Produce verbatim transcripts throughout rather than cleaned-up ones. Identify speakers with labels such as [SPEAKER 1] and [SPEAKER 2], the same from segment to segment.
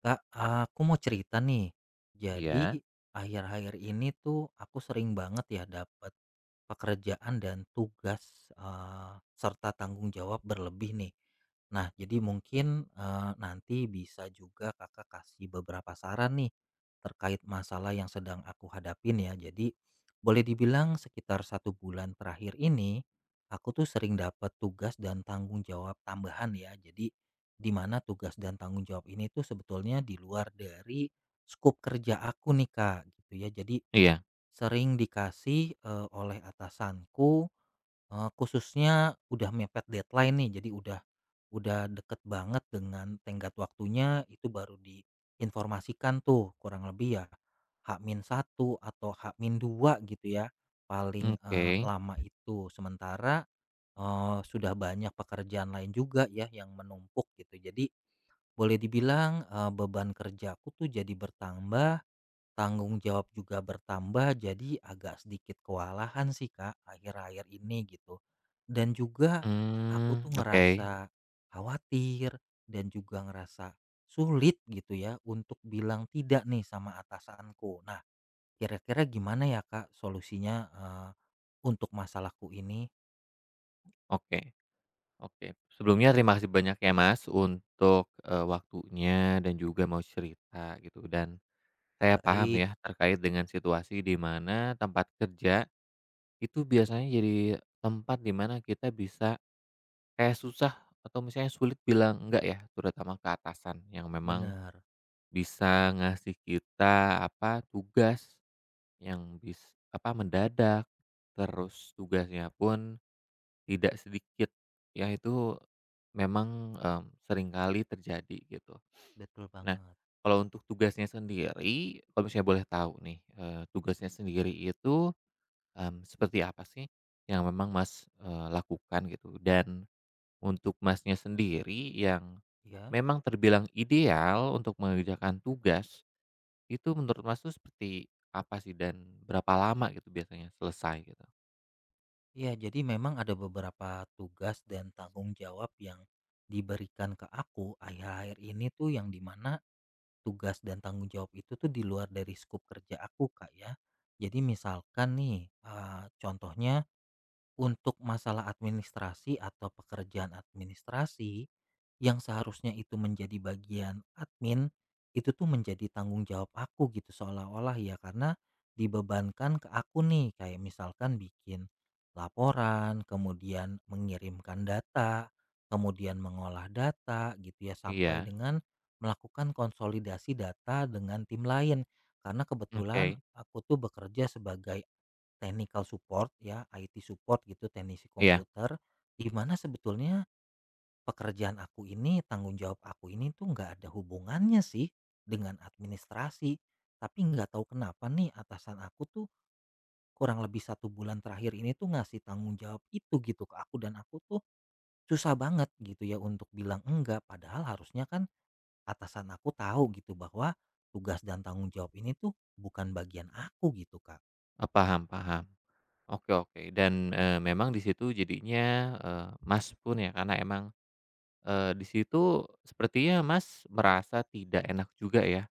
[SPEAKER 1] Kak, ah, aku mau cerita nih. Jadi
[SPEAKER 2] Iya
[SPEAKER 1] akhir-akhir ini tuh aku sering banget ya dapat pekerjaan dan tugas eh, serta tanggung jawab berlebih nih. Nah, jadi mungkin eh, nanti bisa juga Kakak kasih beberapa saran nih terkait masalah yang sedang aku hadapin ya. Jadi boleh dibilang sekitar satu bulan terakhir ini aku tuh sering dapat tugas dan tanggung jawab tambahan ya. Jadi di mana tugas dan tanggung jawab ini tuh sebetulnya di luar dari skup kerja aku nih, Kak, gitu ya. Jadi
[SPEAKER 2] iya,
[SPEAKER 1] sering dikasih, eee, oleh atasanku, eee, khususnya udah mepet deadline nih, jadi udah udah deket banget dengan tenggat waktunya, itu baru diinformasikan tuh kurang lebih ya h satu atau h dua gitu ya, paling,
[SPEAKER 2] oke,
[SPEAKER 1] eee, lama itu. Sementara, eee, sudah banyak pekerjaan lain juga ya yang menumpuk gitu. Jadi boleh dibilang, eee, beban kerjaku tuh jadi bertambah, tanggung jawab juga bertambah, jadi agak sedikit kewalahan sih, Kak, akhir-akhir ini gitu. Dan juga aku
[SPEAKER 2] mmm,
[SPEAKER 1] tuh
[SPEAKER 2] oke
[SPEAKER 1] ngerasa khawatir dan juga ngerasa sulit gitu ya untuk bilang tidak nih sama atasanku. Nah, kira-kira gimana ya, Kak, solusinya, eee, untuk masalahku ini?
[SPEAKER 2] oke oke. Sebelumnya terima kasih banyak ya Mas untuk, eee, waktunya dan juga mau cerita gitu dan saya paham
[SPEAKER 1] Baik.
[SPEAKER 2] ya terkait dengan situasi di mana tempat kerja itu biasanya jadi tempat di mana kita bisa kayak susah atau misalnya sulit bilang enggak ya, terutama ke atasan yang memang
[SPEAKER 1] Benar.
[SPEAKER 2] bisa ngasih kita, apa, tugas Yang bis apa, mendadak, terus tugasnya pun tidak sedikit, ya itu memang, mmm, seringkali terjadi gitu.
[SPEAKER 1] Betul
[SPEAKER 2] Nah,
[SPEAKER 1] banget,
[SPEAKER 2] kalau untuk tugasnya sendiri, kalau misalnya boleh tahu nih, eee, tugasnya sendiri itu, mmm, seperti apa sih yang memang Mas, eee, lakukan gitu? Dan untuk Masnya sendiri yang
[SPEAKER 1] ya.
[SPEAKER 2] memang terbilang ideal untuk mengerjakan tugas itu menurut Mas tuh seperti apa sih dan berapa lama gitu biasanya selesai gitu?
[SPEAKER 1] Iya, jadi memang ada beberapa tugas dan tanggung jawab yang diberikan ke aku akhir-akhir ini tuh yang dimana tugas dan tanggung jawab itu tuh di luar dari skup kerja aku, kak, ya. Jadi misalkan nih, eh, contohnya untuk masalah administrasi atau pekerjaan administrasi, yang seharusnya itu menjadi bagian admin, itu tuh menjadi tanggung jawab aku gitu seolah-olah ya karena dibebankan ke aku nih kayak misalkan bikin laporan, kemudian mengirimkan data, kemudian mengolah data gitu ya sampai
[SPEAKER 2] Iya,
[SPEAKER 1] dengan melakukan konsolidasi data dengan tim lain karena kebetulan
[SPEAKER 2] oke.
[SPEAKER 1] aku tuh bekerja sebagai Technical support ya, I T support gitu, teknisi
[SPEAKER 2] Iya,
[SPEAKER 1] komputer, di mana sebetulnya pekerjaan aku ini, tanggung jawab aku ini tuh nggak ada hubungannya sih dengan administrasi. Tapi nggak tahu kenapa nih atasan aku tuh kurang lebih satu bulan terakhir ini tuh ngasih tanggung jawab itu gitu ke aku dan aku tuh susah banget gitu ya untuk bilang enggak. Padahal harusnya kan atasan aku tahu gitu bahwa tugas dan tanggung jawab ini tuh bukan bagian aku gitu, Kak.
[SPEAKER 2] eee, paham paham. Oke oke dan, eee, memang di situ jadinya, eee, Mas pun ya karena emang, eee, di situ sepertinya Mas merasa tidak enak juga ya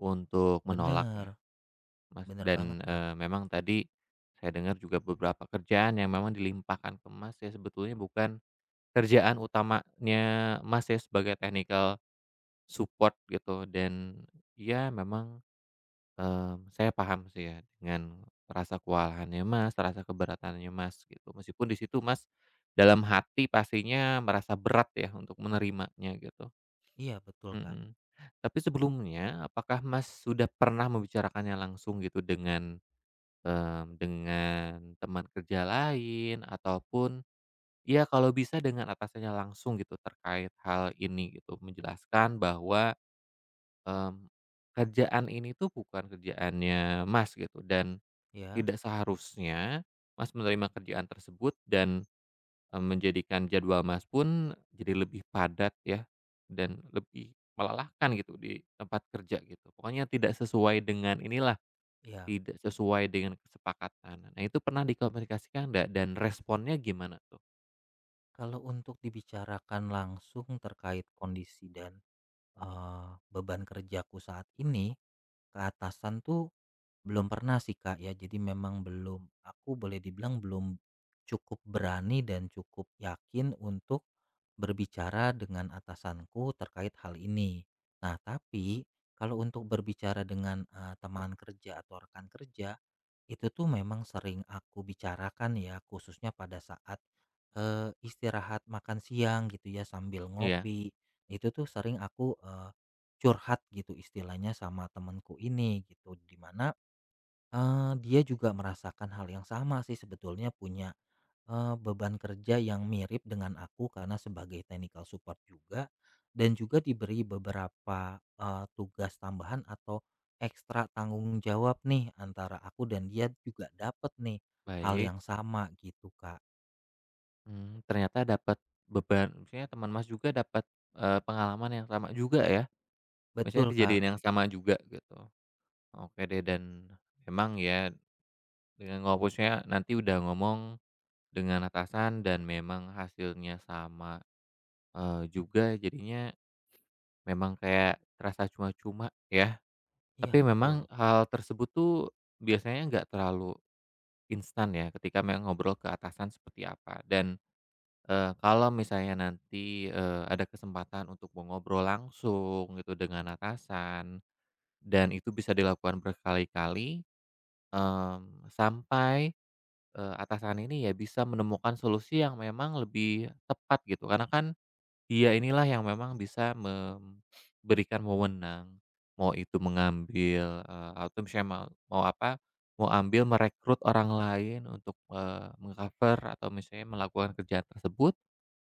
[SPEAKER 2] untuk menolak
[SPEAKER 1] Bener,
[SPEAKER 2] ya, Mas,
[SPEAKER 1] bener banget,
[SPEAKER 2] dan,
[SPEAKER 1] Kak.
[SPEAKER 2] eee, memang tadi saya dengar juga beberapa kerjaan yang memang dilimpahkan ke Mas ya sebetulnya bukan kerjaan utamanya Mas ya sebagai technical Support gitu dan ya memang, mmm, saya paham sih ya dengan rasa kewalahannya Mas, rasa keberatannya Mas gitu. Meskipun di situ Mas dalam hati pastinya merasa berat ya untuk menerimanya gitu,
[SPEAKER 1] Iya, betul, Kak.
[SPEAKER 2] mhm. Tapi sebelumnya apakah Mas sudah pernah membicarakannya langsung gitu dengan, mmm, dengan teman kerja lain ataupun ya kalau bisa dengan atasannya langsung gitu terkait hal ini gitu, menjelaskan bahwa Mmm, kerjaan ini tuh bukan kerjaannya Mas gitu dan
[SPEAKER 1] Ya,
[SPEAKER 2] tidak seharusnya Mas menerima kerjaan tersebut dan, eee, menjadikan jadwal Mas pun jadi lebih padat ya dan lebih melelahkan gitu di tempat kerja gitu. Pokoknya tidak sesuai dengan inilah,
[SPEAKER 1] ya.
[SPEAKER 2] tidak sesuai dengan kesepakatan. Nah itu pernah dikomunikasikan nggak dan responnya gimana tuh?
[SPEAKER 1] Kalau untuk dibicarakan langsung terkait kondisi dan, eee, beban kerjaku saat ini, ke atasan tuh belum pernah sih, Kak, ya, jadi memang belum aku boleh dibilang belum cukup berani dan cukup yakin untuk berbicara dengan atasanku terkait hal ini. Nah tapi, kalau untuk berbicara dengan, eee, teman kerja atau rekan kerja, itu tuh memang sering aku bicarakan ya, khususnya pada saat, eee, istirahat makan siang gitu ya, sambil
[SPEAKER 2] Iya,
[SPEAKER 1] ngopi. Itu tuh sering aku, eee, curhat gitu istilahnya sama temenku ini gitu, di mana dia juga merasakan hal yang sama sih sebetulnya, punya Eee, beban kerja yang mirip dengan aku karena sebagai technical support juga dan juga diberi beberapa, eee, tugas tambahan atau ekstra tanggung jawab nih, antara aku dan dia juga dapat nih hal
[SPEAKER 2] baik.
[SPEAKER 1] yang sama gitu, Kak.
[SPEAKER 2] Mmm, ternyata dapat beban maksudnya teman Mas juga dapat, eee, pengalaman yang sama juga ya? Maksudnya
[SPEAKER 1] Betul, Kak.
[SPEAKER 2] kejadian yang sama juga gitu. Oke deh dan memang ya dengan ngopusnya nanti udah ngomong dengan atasan dan memang hasilnya sama, eee, juga jadinya memang kayak terasa cuma-cuma ya. Tapi
[SPEAKER 1] Iya,
[SPEAKER 2] memang
[SPEAKER 1] betul.
[SPEAKER 2] hal tersebut tuh biasanya nggak terlalu instan ya ketika memang ngobrol ke atasan seperti apa dan, eee, kalau misalnya nanti, eee, ada kesempatan untuk mau ngobrol langsung gitu dengan atasan dan itu bisa dilakukan berkali-kali Mmm, sampai, eee, atasan ini ya bisa menemukan solusi yang memang lebih tepat gitu, karena kan dia inilah yang memang bisa memberikan wewenang, mau itu mengambil, eee, atau misalnya mau mau apa, mau ambil merekrut orang lain untuk, eee, meng atau misalnya melakukan kerjaan tersebut,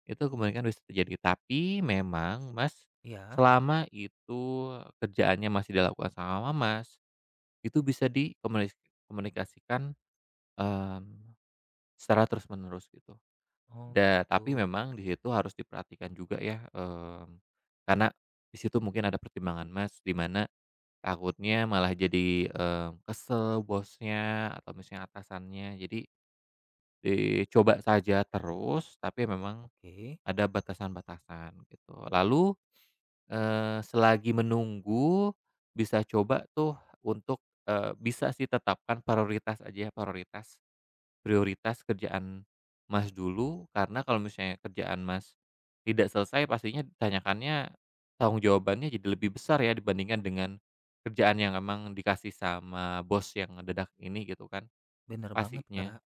[SPEAKER 2] itu kemungkinan bisa terjadi. Tapi memang Mas,
[SPEAKER 1] Iya.
[SPEAKER 2] selama itu kerjaannya masih dilakukan sama Mas, itu bisa dikomunikasikan Mmm, secara terus-menerus gitu.
[SPEAKER 1] Oh,
[SPEAKER 2] Da tapi
[SPEAKER 1] gitu.
[SPEAKER 2] memang di situ harus diperhatikan juga ya, mmm, karena di situ mungkin ada pertimbangan Mas, di mana takutnya malah jadi, mmm, kesel bosnya atau misalnya atasannya. Jadi dicoba saja terus, tapi memang
[SPEAKER 1] Oke.
[SPEAKER 2] ada batasan-batasan gitu. Lalu, eee, selagi menunggu bisa coba tuh untuk, eee, bisa sih tetapkan prioritas aja ya, prioritas Prioritas kerjaan Mas dulu, karena kalau misalnya kerjaan Mas tidak selesai pastinya ditanyakannya tanggung jawabannya jadi lebih besar ya dibandingkan dengan kerjaan yang emang dikasih sama bos yang mendadak ini gitu kan,
[SPEAKER 1] Bener banget,
[SPEAKER 2] pastinya.
[SPEAKER 1] Kak.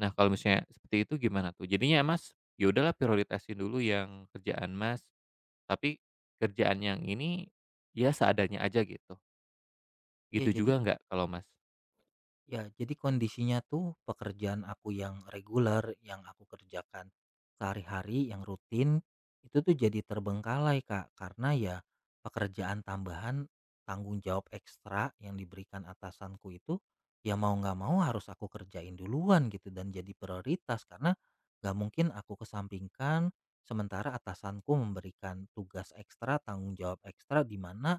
[SPEAKER 2] Nah kalau misalnya seperti itu gimana tuh? Jadinya Mas, ya udahlah prioritasin dulu yang kerjaan Mas, tapi kerjaan yang ini ya seadanya aja gitu.
[SPEAKER 1] Iya,
[SPEAKER 2] Gitu
[SPEAKER 1] jadi.
[SPEAKER 2] juga nggak kalau Mas?
[SPEAKER 1] Ya, jadi kondisinya tuh pekerjaan aku yang reguler, yang aku kerjakan sehari-hari, yang rutin, itu tuh jadi terbengkalai, Kak, karena ya pekerjaan tambahan, tanggung jawab ekstra yang diberikan atasanku itu, ya mau nggak mau harus aku kerjain duluan gitu dan jadi prioritas karena nggak mungkin aku kesampingkan sementara atasanku memberikan tugas ekstra, tanggung jawab ekstra di mana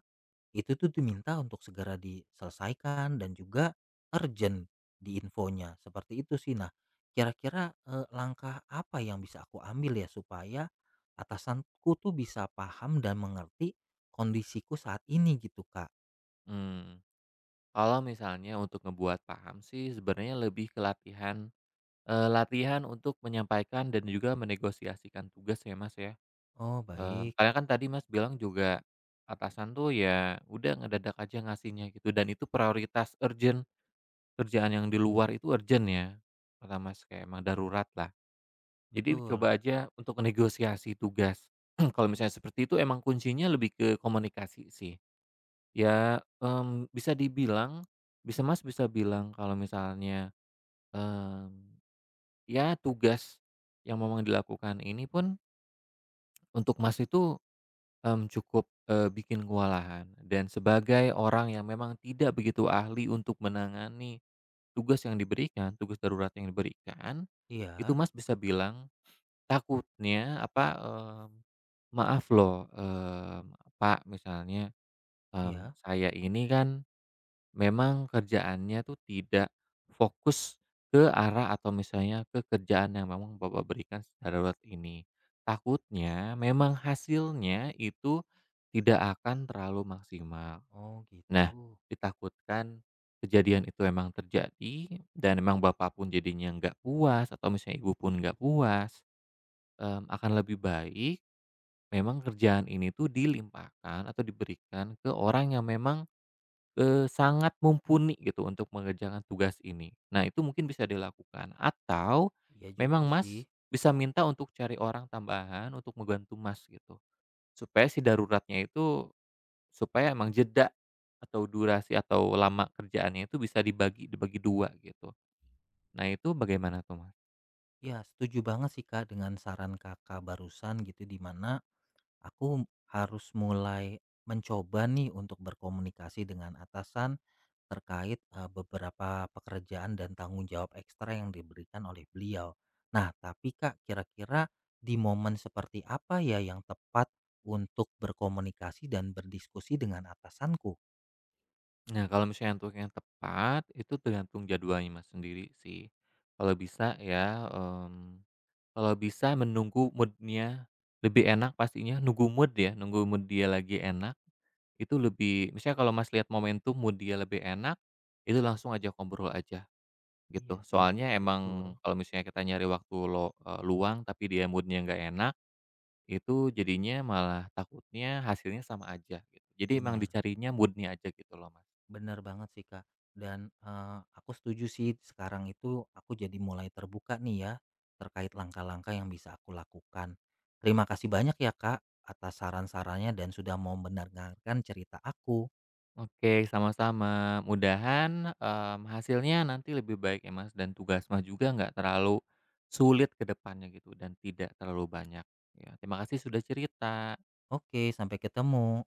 [SPEAKER 1] itu tuh diminta untuk segera diselesaikan dan juga urgent di infonya, seperti itu sih. Nah, kira-kira, eee, langkah apa yang bisa aku ambil ya supaya atasanku tuh bisa paham dan mengerti kondisiku saat ini gitu, Kak?
[SPEAKER 2] Mmm, kalau misalnya untuk ngebuat paham sih sebenarnya lebih ke latihan Eee, latihan untuk menyampaikan dan juga menegosiasikan tugas ya, Mas, ya.
[SPEAKER 1] Oh,
[SPEAKER 2] Eee,
[SPEAKER 1] baik,
[SPEAKER 2] karena kan tadi Mas bilang juga atasan tuh ya udah ngedadak aja ngasihnya gitu dan itu prioritas urgent, kerjaan yang di luar itu urgent ya, kata Mas, kayak emang darurat lah. Jadi
[SPEAKER 1] betul.
[SPEAKER 2] coba aja untuk negosiasi tugas. Kalau misalnya seperti itu emang kuncinya lebih ke komunikasi sih. Ya, mmm, bisa dibilang bisa Mas bisa bilang kalau misalnya, mmm Ya tugas yang memang dilakukan ini pun untuk Mas itu, mmm, cukup, eee, bikin kewalahan dan sebagai orang yang memang tidak begitu ahli untuk menangani tugas yang diberikan, tugas darurat yang diberikan, itu
[SPEAKER 1] Iya,
[SPEAKER 2] Mas bisa bilang takutnya apa, eee, "Maaf loh, eee, Pak," misalnya, mmm,
[SPEAKER 1] iya.
[SPEAKER 2] "saya ini kan" Memang kerjaannya tuh tidak fokus ke arah atau misalnya ke kerjaan yang memang Bapak berikan secara darurat ini. Takutnya memang hasilnya itu tidak akan terlalu maksimal.
[SPEAKER 1] Oh, gitu.
[SPEAKER 2] Nah, ditakutkan kejadian itu memang terjadi dan memang Bapak pun jadinya nggak puas atau misalnya Ibu pun nggak puas, mmm, akan lebih baik memang kerjaan ini tuh dilimpahkan atau diberikan ke orang yang memang Eee, sangat mumpuni gitu untuk mengerjakan tugas ini. Nah, itu mungkin bisa dilakukan atau
[SPEAKER 1] Iya juga
[SPEAKER 2] memang
[SPEAKER 1] sih.
[SPEAKER 2] Mas bisa minta untuk cari orang tambahan untuk membantu Mas gitu. Supaya si daruratnya itu supaya emang jeda atau durasi atau lama kerjaannya itu bisa dibagi dibagi dua gitu. Nah, itu bagaimana tuh, Mas?
[SPEAKER 1] Ya, setuju banget sih, Kak, dengan saran Kakak barusan gitu, di mana aku harus mulai mencoba nih untuk berkomunikasi dengan atasan terkait eh, beberapa pekerjaan dan tanggung jawab ekstra yang diberikan oleh beliau. Nah, tapi Kak, kira-kira di momen seperti apa ya yang tepat untuk berkomunikasi dan berdiskusi dengan atasanku?
[SPEAKER 2] Nah, kalau misalnya untuk yang tepat itu tergantung jadwalnya Mas sendiri sih. Kalau bisa ya, mmm Kalau bisa menunggu mood-nya lebih enak pastinya, nunggu mood ya, nunggu mood dia lagi enak, itu lebih misalnya kalau Mas lihat momentum mood dia lebih enak, itu langsung aja ngobrol aja
[SPEAKER 1] Iya
[SPEAKER 2] gitu.
[SPEAKER 1] sih,
[SPEAKER 2] Soalnya
[SPEAKER 1] betul,
[SPEAKER 2] emang kalau misalnya kita nyari waktu lo eee, luang tapi dia moodnya nya nggak enak, itu jadinya malah takutnya hasilnya sama aja gitu. Jadi emang
[SPEAKER 1] benar.
[SPEAKER 2] dicarinya moodnya aja gitu loh, Mas.
[SPEAKER 1] Bener banget sih, Kak. Dan, eee, aku setuju sih sekarang itu aku jadi mulai terbuka nih ya, terkait langkah-langkah yang bisa aku lakukan. Terima kasih banyak ya, Kak, atas saran-sarannya dan sudah mau mendengarkan cerita aku.
[SPEAKER 2] Oke, sama-sama. Mudahan, mmm, hasilnya nanti lebih baik ya, Mas, dan tugas Mas juga nggak terlalu sulit ke depannya gitu dan tidak terlalu banyak. Ya, terima kasih sudah cerita.
[SPEAKER 1] Oke, sampai ketemu.